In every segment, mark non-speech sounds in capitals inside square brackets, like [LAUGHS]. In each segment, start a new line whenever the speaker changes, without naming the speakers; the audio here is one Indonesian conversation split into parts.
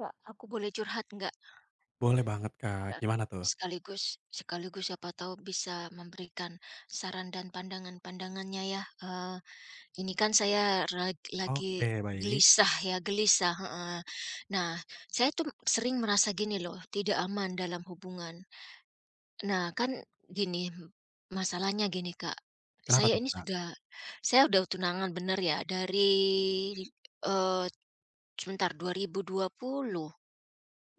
Kak, aku boleh curhat nggak,
Boleh banget, Kak.
Kak?
Gimana tuh?
Sekaligus sekaligus siapa tahu bisa memberikan saran dan pandangan-pandangannya ya. Ini kan saya lagi
Oke, baik.
gelisah ya, gelisah, heeh. Nah, saya tuh sering merasa gini loh, tidak aman dalam hubungan. Nah, kan gini, masalahnya gini, Kak,
Kenapa
saya
tuh,
ini
Kak?
sudah saya udah tunangan bener ya dari, eee, sebentar 2020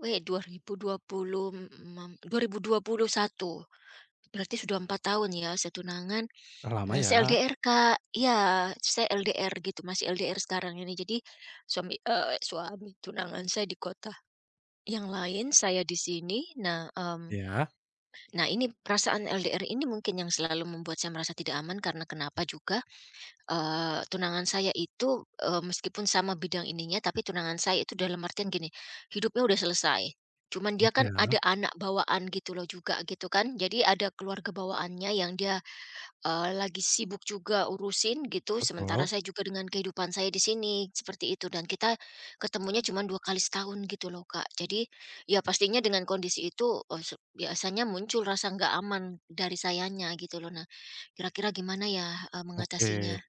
weh, 2020, 2021. Berarti sudah 4 tahun ya saya tunangan.
Udah lama
Nah,
ya?
saya LDR, Kak. Iya, saya LDR gitu, masih LDR sekarang ini. Jadi suami tunangan saya di kota yang lain, saya di sini. Nah, mmm,
Iya,
nah ini perasaan LDR ini mungkin yang selalu membuat saya merasa tidak aman karena kenapa juga. Tunangan saya itu, meskipun sama bidang ininya, tapi tunangan saya itu dalam artian gini, hidupnya udah selesai. Cuman dia
gitu
kan ada
ya?
anak bawaan gitu loh juga gitu kan. Jadi ada keluarga bawaannya yang dia, lagi sibuk juga urusin gitu, sementara
Betul.
saya juga dengan kehidupan saya di sini, seperti itu. Dan kita ketemunya cuma 2 kali setahun gitu loh, Kak. Jadi ya pastinya dengan kondisi itu, eee, se biasanya muncul rasa nggak aman dari sayanya gitu loh. Nah, kira-kira gimana ya,
Oke.
mengatasinya?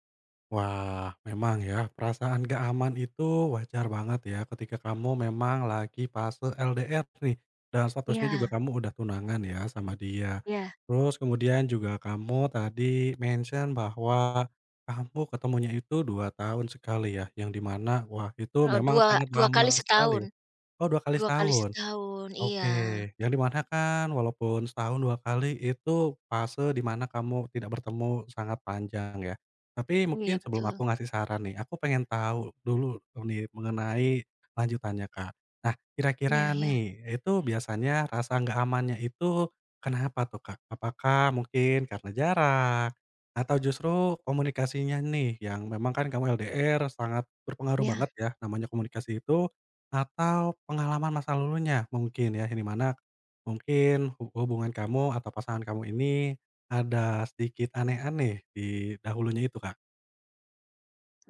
Wah, memang ya perasaan gak aman itu wajar banget ya ketika kamu memang lagi fase LDR nih dan statusnya juga
Iya.
kamu udah tunangan ya sama dia.
Iya,
Terus kemudian juga kamu tadi mention bahwa kamu ketemunya itu 2 tahun sekali ya, yang di mana wah itu
heeh,
memang sangat
2 kali
lama sekali.
setahun
Oh, dua kali
2 kali
setahun.
setahun, iya.
Oke, yang di mana kan walaupun setahun 2 kali itu fase di mana kamu tidak bertemu sangat panjang ya. Tapi mungkin
Iya
sebelum
betul,
aku ngasih saran nih, aku pengen tahu dulu nih mengenai lanjutannya, Kak. Nah,
iya,
kira-kira
iya,
nih itu biasanya rasa nggak amannya itu kenapa tuh, Kak? Apakah mungkin karena jarak atau justru komunikasinya nih yang memang kan kamu LDR sangat berpengaruh
iya,
banget ya namanya komunikasi itu, atau pengalaman masa lalunya mungkin ya, yang di mana mungkin hubungan kamu atau pasangan kamu ini ada sedikit aneh-aneh di dahulunya itu, Kak.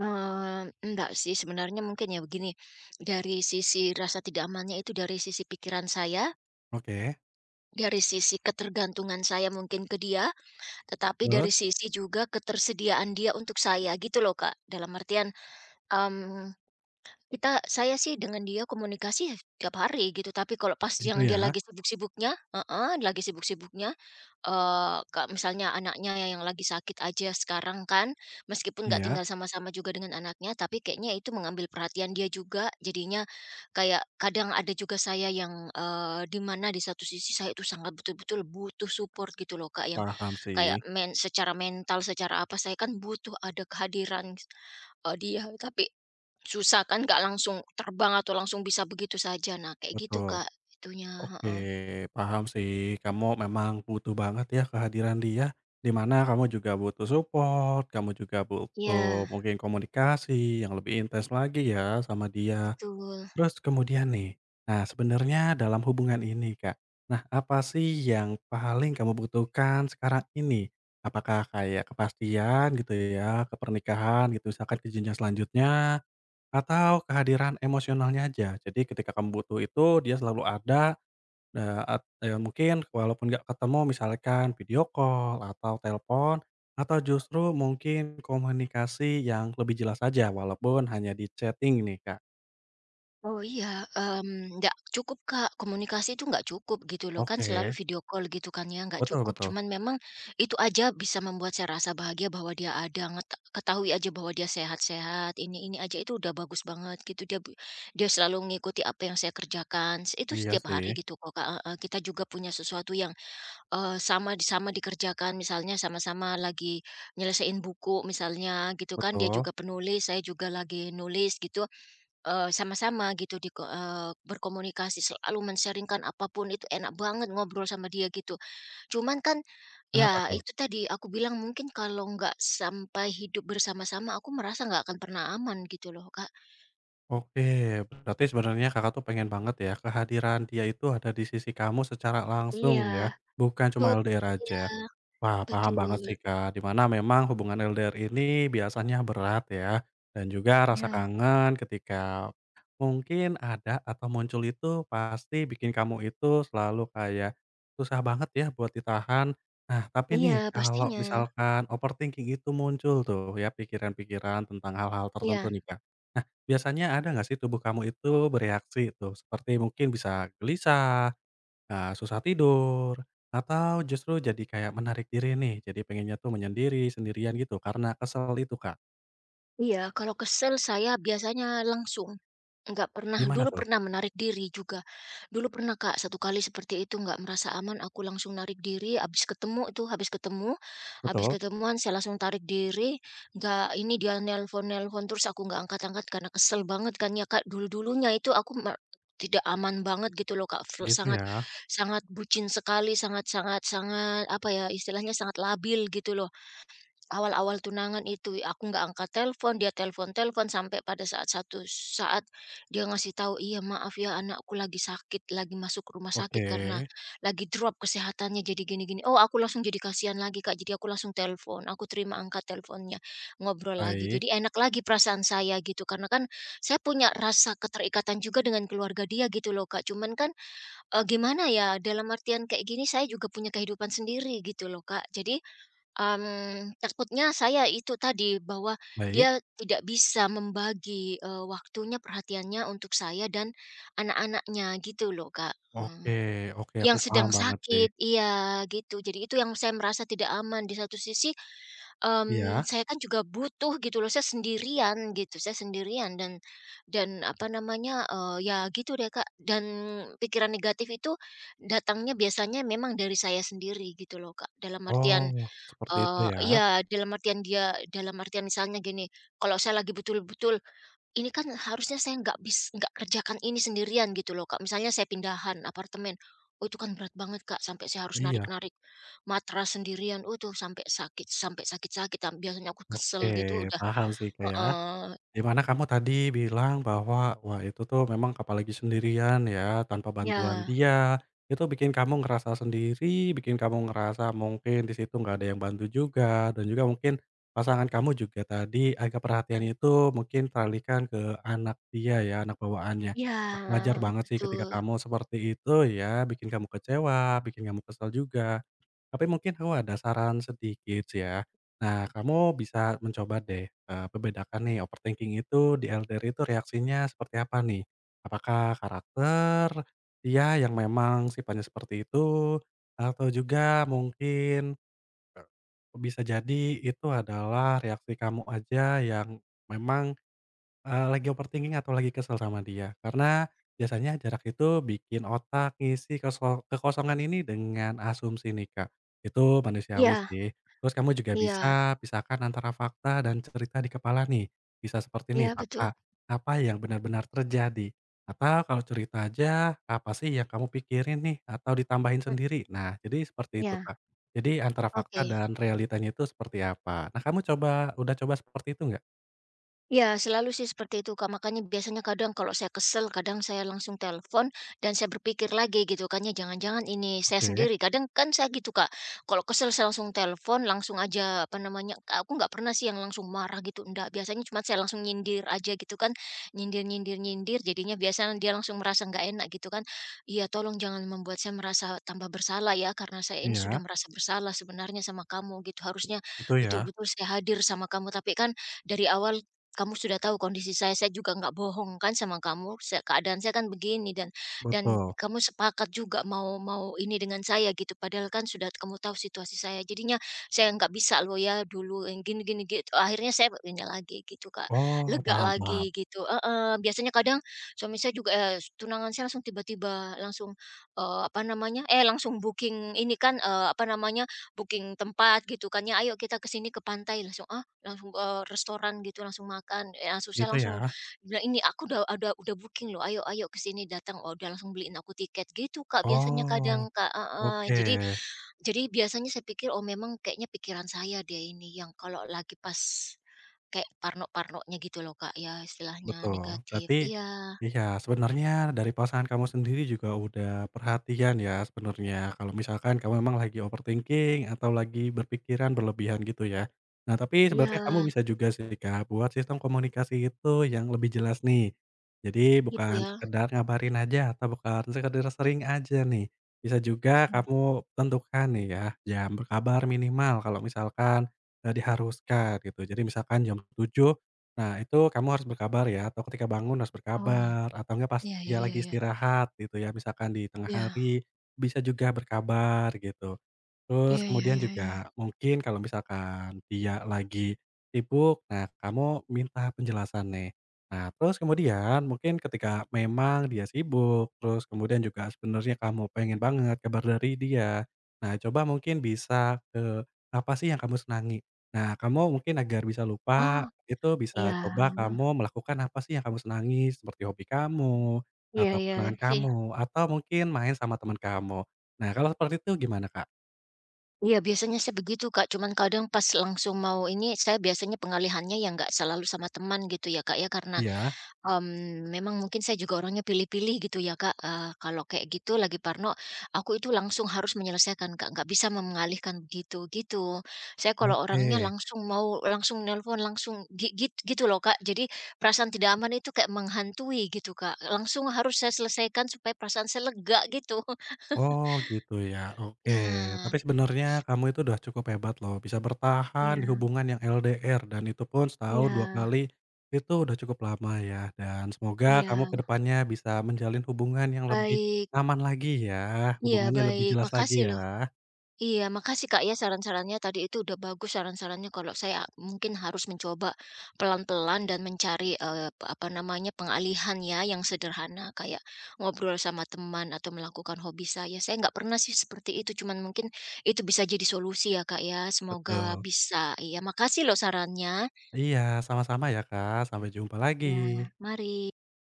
enggak sih sebenarnya mungkin ya begini, dari sisi rasa tidak amannya itu dari sisi pikiran saya,
Oke,
dari sisi ketergantungan saya mungkin ke dia, tetapi
terus?
dari sisi juga ketersediaan dia untuk saya gitu loh Kak, dalam artian, mmm saya sih dengan dia komunikasi ya tiap hari gitu, tapi kalau pas
Itu
yang dia
ya?
lagi sibuk-sibuknya heeh, lagi sibuk-sibuknya, eee, ka misalnya anaknya yang lagi sakit aja sekarang kan, meskipun nggak
Iya,
tinggal sama-sama juga dengan anaknya, tapi kayaknya itu mengambil perhatian dia juga, jadinya kayak kadang ada juga saya yang, di mana di satu sisi saya itu sangat betul-betul butuh support gitu loh Kak, yang
paham
kayak
sih.
secara mental, secara apa, saya kan butuh ada kehadiran Oh dia, tapi susah kan nggak langsung terbang atau langsung bisa begitu saja. Nah kayak gitu
Betul.
Kak, itunya,
Oke,
heeh.
paham sih. Kamu memang butuh banget ya kehadiran dia, di mana kamu juga butuh support, kamu juga butuh
Iya,
mungkin komunikasi yang lebih intens lagi ya sama dia.
betul.
Terus kemudian nih, nah sebenarnya dalam hubungan ini Kak, nah apa sih yang paling kamu butuhkan sekarang ini? Apakah kayak kepastian gitu ya, kepernikahan gitu, misalkan ke jenjang selanjutnya, atau kehadiran emosionalnya aja? Jadi ketika kamu butuh itu dia selalu ada, mungkin walaupun nggak ketemu misalkan video call atau telepon, atau justru mungkin komunikasi yang lebih jelas aja walaupun hanya di chatting nih Kak?
Oh iya, nggak cukup Kak, komunikasi itu nggak cukup gitu loh, kan selalu
Oke,
video call gitu kan ya, nggak
betul
cukup.
betul.
Cuman memang itu aja bisa membuat saya rasa bahagia bahwa dia ada, ketahui aja bahwa dia sehat-sehat, ini aja itu udah bagus banget gitu. Dia selalu mengikuti apa yang saya kerjakan, itu
Iya
setiap hari
sih,
gitu kok Kak, heeh. Kita juga punya sesuatu yang sama dikerjakan misalnya sama-sama lagi nyelesain buku misalnya gitu kan, dia
betul.
juga penulis, saya juga lagi nulis gitu, sama-sama gitu berkomunikasi selalu men-sharing-kan apapun itu enak banget ngobrol sama dia gitu. Cuman kan,
Kenapa
ya
tuh?
itu tadi aku bilang mungkin kalau nggak sampai hidup bersama-sama aku merasa nggak akan pernah aman gitu loh, Kak.
Oke, berarti sebenarnya Kakak tuh pengen banget ya, kehadiran dia itu ada di sisi kamu secara langsung
Iya,
ya, bukan
betul,
cuma LDR
iya,
aja. Wah, paham banget
betul,
sih, Kak, dimana memang hubungan LDR ini biasanya berat ya, dan juga rasa
iya,
kangen ketika mungkin ada atau muncul itu pasti bikin kamu itu selalu kayak susah banget ya buat ditahan. Nah, tapi
iya
nih kalau
pastinya,
misalkan overthinking itu muncul tuh ya, pikiran-pikiran tentang hal-hal tertentu
iya.
nih, Kak. Biasanya ada nggak sih tubuh kamu itu bereaksi itu seperti mungkin bisa gelisah, susah tidur, atau justru jadi kayak menarik diri nih, jadi pengennya tuh menyendiri, sendirian gitu karena kesel itu, Kak?
Iya, kalau kesel saya biasanya langsung, nggak pernah
Gimana
dulu
tuh?
pernah menarik diri juga. Dulu pernah Kak, satu kali seperti itu nggak merasa aman, aku langsung narik diri, habis ketemu itu, habis
Betul?
ketemuan saya langsung tarik diri, nggak ini dia nelpon-nelpon terus aku nggak angkat-angkat karena kesel banget kan ya Kak, dulu-dulunya itu aku me tidak aman banget gitu loh Kak, flu
Gitu
sangat
ya?
sangat bucin sekali, sangat sangat sangat, apa ya, istilahnya sangat labil gitu loh. Awal-awal tunangan itu, aku nggak angkat telepon, dia telepon-telepon, sampai pada saat satu saat dia ngasih tahu, "Iya, maaf ya anakku lagi sakit, lagi masuk rumah
Oke,
sakit karena lagi drop kesehatannya jadi gini-gini." Oh, aku langsung jadi kasihan lagi, Kak, jadi aku langsung telepon, aku terima angkat teleponnya, ngobrol lagi.
baik
Jadi enak lagi perasaan saya gitu, karena kan saya punya rasa keterikatan juga dengan keluarga dia gitu loh, Kak. Cuman kan, gimana ya, dalam artian kayak gini saya juga punya kehidupan sendiri gitu loh, Kak. Jadi takutnya saya itu tadi, bahwa
baik.
dia tidak bisa membagi, waktunya, perhatiannya untuk saya dan anak-anaknya gitu loh, Kak,
Oke oke, aku
yang
paham
sedang
banget sih.
sakit iya, gitu. Jadi itu yang saya merasa tidak aman. Di satu sisi,
Iya?
saya kan juga butuh gitu loh, saya sendirian gitu, saya sendirian dan apa namanya, ya gitu deh, Kak, dan pikiran negatif itu datangnya biasanya memang dari saya sendiri gitu loh, Kak. Dalam
Oh,
artian
seperti itu
Eee,
ya?
iya, dalam artian dia dalam artian misalnya gini, kalau saya lagi betul-betul, ini kan harusnya saya nggak kerjakan ini sendirian gitu loh, Kak. Misalnya saya pindahan apartemen, oh itu kan berat banget, Kak, sampai saya harus
Iya.
narik-narik matras sendirian, oh itu sampai sakit sampai sakit-sakit, biasanya aku
Oke,
kesel gitu udah
paham sih, Kak, ya.
heeh,
Di mana kamu tadi bilang bahwa, wah itu tuh memang apalagi sendirian ya, tanpa bantuan
ya
dia, itu bikin kamu ngerasa sendiri, bikin kamu ngerasa mungkin di situ nggak ada yang bantu juga, dan juga mungkin pasangan kamu juga tadi agak perhatian itu mungkin teralihkan ke anak dia ya, anak bawaannya.
iya,
Wah wajar banget sih ketika
betul.
kamu seperti itu ya, bikin kamu kecewa, bikin kamu kesal juga. Tapi mungkin aku ada saran sedikit sih ya. Nah, kamu bisa mencoba deh, membedakan nih overthinking itu di LDR itu reaksinya seperti apa nih? Apakah karakter dia yang memang sifatnya seperti itu, atau juga mungkin, bisa jadi itu adalah reaksi kamu aja yang memang lagi overthinking atau lagi kesel sama dia, karena biasanya jarak itu bikin otak ngisi kekosongan ini dengan asumsi nih, Kak. Itu manusiawi
Ya,
sih. Terus kamu juga
iya,
bisa pisahkan antara fakta dan cerita di kepala nih. Bisa seperti nih
iya betul,
fakta, apa yang benar-benar terjadi, atau kalau cerita aja, apa sih yang kamu pikirin nih atau ditambahin
ya,
sendiri. Nah, jadi seperti itu, Kak. Jadi antara fakta
oke.
dan realitanya itu seperti apa. Nah, kamu coba udah coba seperti itu nggak?
Ya selalu sih seperti itu, Kak. Makanya biasanya kadang kalau saya kesel, kadang saya langsung telepon dan saya berpikir lagi gitu kan ya, jangan-jangan ini saya
Oke,
sendiri. Kadang kan saya gitu, Kak. Kalau kesel saya langsung telepon, langsung aja apa namanya, aku nggak pernah sih yang langsung marah gitu. Enggak, biasanya cuma saya langsung nyindir aja gitu kan. Nyindir-nyindir-nyindir jadinya biasanya dia langsung merasa nggak enak gitu kan. Iya, tolong jangan membuat saya merasa tambah bersalah ya karena saya ini sudah
iya.
merasa bersalah sebenarnya sama kamu gitu. Harusnya
Itu ya?
betul-betul saya hadir sama kamu, tapi kan dari awal kamu sudah tahu kondisi saya juga nggak bohong kan sama kamu, keadaan saya kan begini dan
Betul.
kamu sepakat juga mau mau ini dengan saya gitu, padahal kan sudah kamu tahu situasi saya. Jadinya saya nggak bisa loh ya dulu yang gini gini gitu. Akhirnya saya ini lagi gitu, Kak.
Oh,
Lega
paham paham.
lagi gitu. Heeh, biasanya kadang suami saya juga eh, tunangan saya langsung tiba-tiba langsung eh, apa namanya? Eh langsung booking ini kan eh, apa namanya? Booking tempat gitu kan ya ayo kita ke sini ke pantai langsung. Langsung, restoran gitu, langsung makan, langsung saya
Gitu
langsung
ya?
bilang, "Ini aku udah booking loh, ayo ayo ke sini datang." Oh, udah langsung beliin aku tiket gitu, Kak, biasanya
Oh,
kadang, Kak heeh.
oke.
Jadi biasanya saya pikir, "Oh, memang kayaknya pikiran saya dia ini yang kalau lagi pas kayak parno-parnonya gitu loh, Kak, ya istilahnya
Betul.
negatif."
Berarti
Iya,
iya, sebenarnya dari pasangan kamu sendiri juga udah perhatian ya sebenarnya, kalau misalkan kamu memang lagi overthinking atau lagi berpikiran berlebihan gitu ya. Nah, tapi sebenarnya kamu
iya,
bisa juga sih, Kak, buat sistem komunikasi itu yang lebih jelas nih. Jadi
gitu
bukan
ya.
sekedar ngabarin aja atau bukan sekedar sering aja nih. Bisa juga
Mhm.
kamu tentukan nih ya, jam berkabar minimal kalau misalkan, diharuskan gitu. Jadi misalkan jam 7. Nah, itu kamu harus berkabar ya, atau ketika bangun harus
Oh,
berkabar, atau enggak pas
iya, iya,
dia
iya,
lagi
iya.
istirahat gitu ya, misalkan di tengah
Iya.
hari, bisa juga berkabar gitu. Terus
Iya, iya,
kemudian
iya,
juga mungkin kalau misalkan dia lagi sibuk, nah kamu minta penjelasan nih. Nah terus kemudian mungkin ketika memang dia sibuk, terus kemudian juga sebenarnya kamu pengen banget kabar dari dia. Nah coba mungkin bisa ke apa sih yang kamu senangi. Nah kamu mungkin agar bisa lupa,
ah, Oh,
itu bisa
iya.
coba kamu melakukan apa sih yang kamu senangi, seperti hobi kamu,
Iya,
atau
iya,
kesenangan
sih.
kamu, atau mungkin main sama teman kamu. Nah kalau seperti itu gimana Kak?
Iya, biasanya sih begitu, Kak. Cuman kadang pas langsung mau ini, saya biasanya pengalihannya yang nggak selalu sama teman gitu ya, Kak, ya. Karena,
Iya,
memang mungkin saya juga orangnya pilih-pilih gitu ya, Kak. Kalau kayak gitu lagi parno, aku itu langsung harus menyelesaikan, Kak, nggak bisa mengalihkan begitu, gitu. Saya kalau
oke.
orangnya langsung mau langsung nelpon, langsung gi git gitu loh, Kak. Jadi perasaan tidak aman itu kayak menghantui gitu, Kak. Langsung harus saya selesaikan supaya perasaan saya lega gitu. [LAUGHS]
Oh, gitu ya, oke. Tapi
Ya,
sebenarnya kamu itu udah cukup hebat loh, bisa bertahan di
ya,
hubungan yang LDR dan itu pun setahun dua
ya,
kali, itu udah cukup lama ya, dan semoga kamu
ya.
ke depannya bisa menjalin hubungan yang lebih
Baik,
aman lagi ya,
iya
hubungannya lebih
baik,
jelas lagi
makasih
ya.
loh. Iya, makasih Kak ya saran-sarannya tadi itu udah bagus saran-sarannya kalau saya mungkin harus mencoba pelan-pelan dan mencari eh, apa namanya pengalihan ya yang sederhana kayak ngobrol sama teman atau melakukan hobi saya. Saya nggak pernah sih seperti itu, cuman mungkin itu bisa jadi solusi ya Kak ya. Semoga
Betul.
bisa. Iya, makasih loh sarannya.
Iya, sama-sama ya, Kak, sampai jumpa lagi.
Ya, mari.